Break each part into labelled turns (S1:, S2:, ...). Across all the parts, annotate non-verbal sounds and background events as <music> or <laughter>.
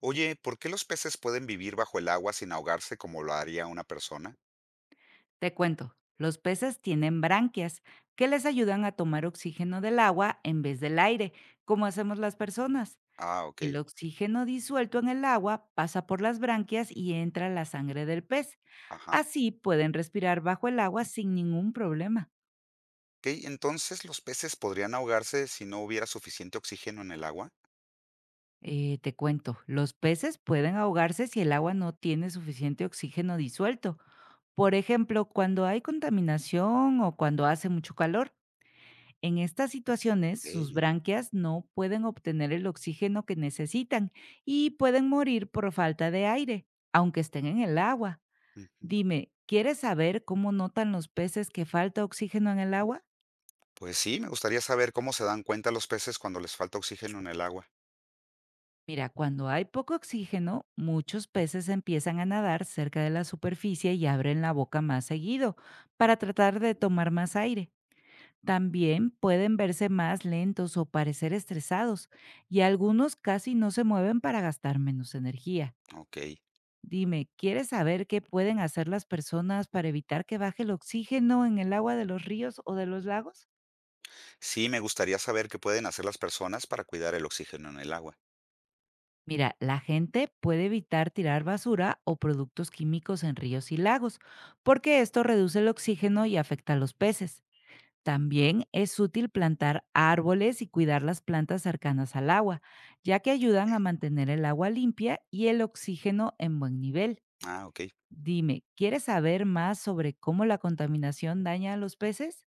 S1: Oye, ¿por qué los peces pueden vivir bajo el agua sin ahogarse como lo haría una persona?
S2: Te cuento, los peces tienen branquias que les ayudan a tomar oxígeno del agua en vez del aire, como hacemos las personas.
S1: Ah, ok.
S2: El oxígeno disuelto en el agua pasa por las branquias y entra a la sangre del pez.
S1: Ajá.
S2: Así pueden respirar bajo el agua sin ningún problema.
S1: Ok, entonces los peces podrían ahogarse si no hubiera suficiente oxígeno en el agua.
S2: Te cuento, los peces pueden ahogarse si el agua no tiene suficiente oxígeno disuelto. Por ejemplo, cuando hay contaminación o cuando hace mucho calor. En estas situaciones, sus
S1: Ok.
S2: branquias no pueden obtener el oxígeno que necesitan y pueden morir por falta de aire, aunque estén en el agua.
S1: Ujú.
S2: Dime, ¿quieres saber cómo notan los peces que falta oxígeno en el agua?
S1: Pues sí, me gustaría saber cómo se dan cuenta los peces cuando les falta oxígeno en el agua.
S2: Mira, cuando hay poco oxígeno, muchos peces empiezan a nadar cerca de la superficie y abren la boca más seguido para tratar de tomar más aire. También pueden verse más lentos o parecer estresados, y algunos casi no se mueven para gastar menos energía.
S1: Ok.
S2: Dime, ¿quieres saber qué pueden hacer las personas para evitar que baje el oxígeno en el agua de los ríos o de los lagos?
S1: Sí, me gustaría saber qué pueden hacer las personas para cuidar el oxígeno en el agua.
S2: Mira, la gente puede evitar tirar basura o productos químicos en ríos y lagos, porque esto reduce el oxígeno y afecta a los peces. También es útil plantar árboles y cuidar las plantas cercanas al agua, ya que ayudan a mantener el agua limpia y el oxígeno en buen nivel.
S1: Ah, ok.
S2: Dime, ¿quieres saber más sobre cómo la contaminación daña a los peces?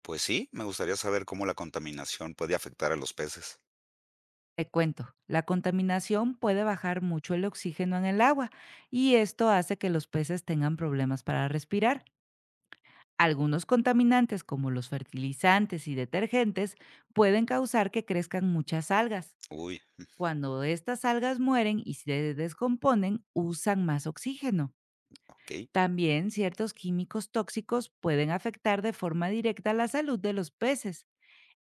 S1: Pues sí, me gustaría saber cómo la contaminación puede afectar a los peces.
S2: Te cuento, la contaminación puede bajar mucho el oxígeno en el agua y esto hace que los peces tengan problemas para respirar. Algunos contaminantes como los fertilizantes y detergentes pueden causar que crezcan muchas algas.
S1: Uy,
S2: Cuando estas algas mueren y se descomponen, usan más oxígeno.
S1: ok.
S2: También ciertos químicos tóxicos pueden afectar de forma directa la salud de los peces.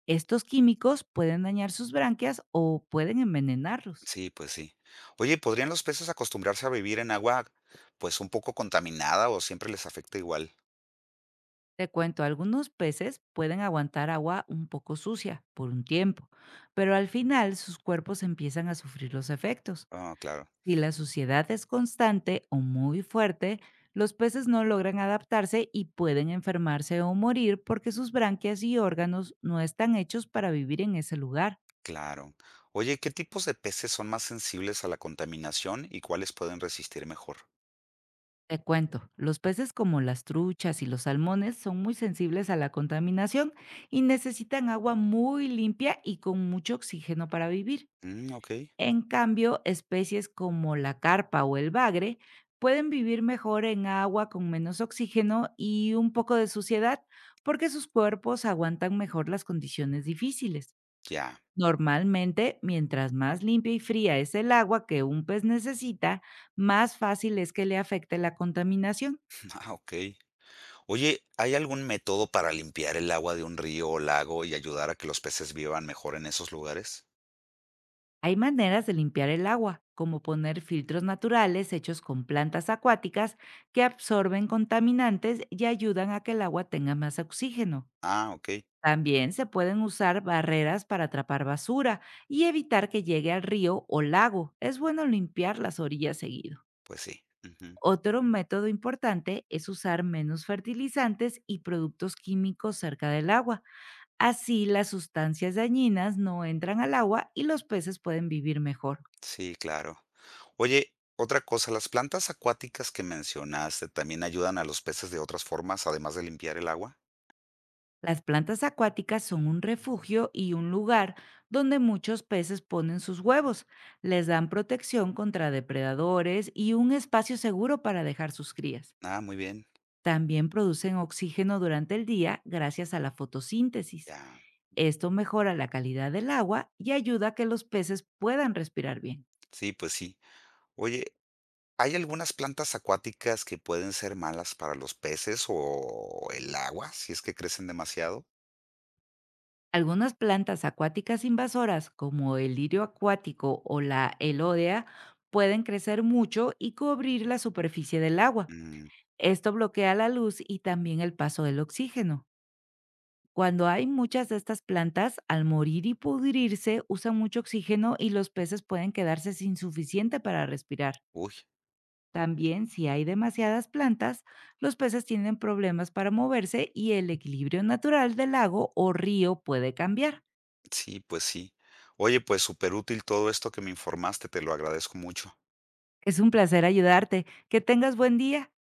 S2: Estos químicos pueden dañar sus branquias o pueden envenenarlos.
S1: Sí, pues sí. Oye, ¿podrían los peces acostumbrarse a vivir en agua, pues un poco contaminada o siempre les afecta igual?
S2: Te cuento, algunos peces pueden aguantar agua un poco sucia por un tiempo, pero al final sus cuerpos empiezan a sufrir los efectos.
S1: Ah, claro,
S2: Si la suciedad es constante o muy fuerte, los peces no logran adaptarse y pueden enfermarse o morir porque sus branquias y órganos no están hechos para vivir en ese lugar.
S1: claro. Oye, ¿qué tipos de peces son más sensibles a la contaminación y cuáles pueden resistir mejor?
S2: Te cuento, los peces como las truchas y los salmones son muy sensibles a la contaminación y necesitan agua muy limpia y con mucho oxígeno para vivir.
S1: Mm, ok,
S2: En cambio, especies como la carpa o el bagre pueden vivir mejor en agua con menos oxígeno y un poco de suciedad porque sus cuerpos aguantan mejor las condiciones difíciles.
S1: ya,
S2: Normalmente, mientras más limpia y fría es el agua que un pez necesita, más fácil es que le afecte la contaminación.
S1: <laughs> ah, ok. Oye, ¿hay algún método para limpiar el agua de un río o lago y ayudar a que los peces vivan mejor en esos lugares?
S2: Hay maneras de limpiar el agua, como poner filtros naturales hechos con plantas acuáticas que absorben contaminantes y ayudan a que el agua tenga más oxígeno.
S1: Ah, ok,
S2: También se pueden usar barreras para atrapar basura y evitar que llegue al río o lago. Es bueno limpiar las orillas seguido.
S1: pues sí. Ujú.
S2: Otro método importante es usar menos fertilizantes y productos químicos cerca del agua. Así las sustancias dañinas no entran al agua y los peces pueden vivir mejor.
S1: Sí, claro. Oye, otra cosa, ¿las plantas acuáticas que mencionaste también ayudan a los peces de otras formas, además de limpiar el agua?
S2: Las plantas acuáticas son un refugio y un lugar donde muchos peces ponen sus huevos. Les dan protección contra depredadores y un espacio seguro para dejar sus crías.
S1: Ah, muy bien,
S2: También producen oxígeno durante el día gracias a la fotosíntesis.
S1: ya.
S2: Esto mejora la calidad del agua y ayuda a que los peces puedan respirar bien.
S1: Sí, pues sí. Oye, ¿hay algunas plantas acuáticas que pueden ser malas para los peces o el agua si es que crecen demasiado?
S2: Algunas plantas acuáticas invasoras, como el lirio acuático o la elodea, pueden crecer mucho y cubrir la superficie del agua.
S1: Mm,
S2: Esto bloquea la luz y también el paso del oxígeno. Cuando hay muchas de estas plantas, al morir y pudrirse, usan mucho oxígeno y los peces pueden quedarse sin suficiente para respirar.
S1: uy, ok.
S2: También, si hay demasiadas plantas, los peces tienen problemas para moverse y el equilibrio natural del lago o río puede cambiar.
S1: Sí, pues sí. Oye, pues súper útil todo esto que me informaste, te lo agradezco mucho.
S2: Es un placer ayudarte. Que tengas buen día.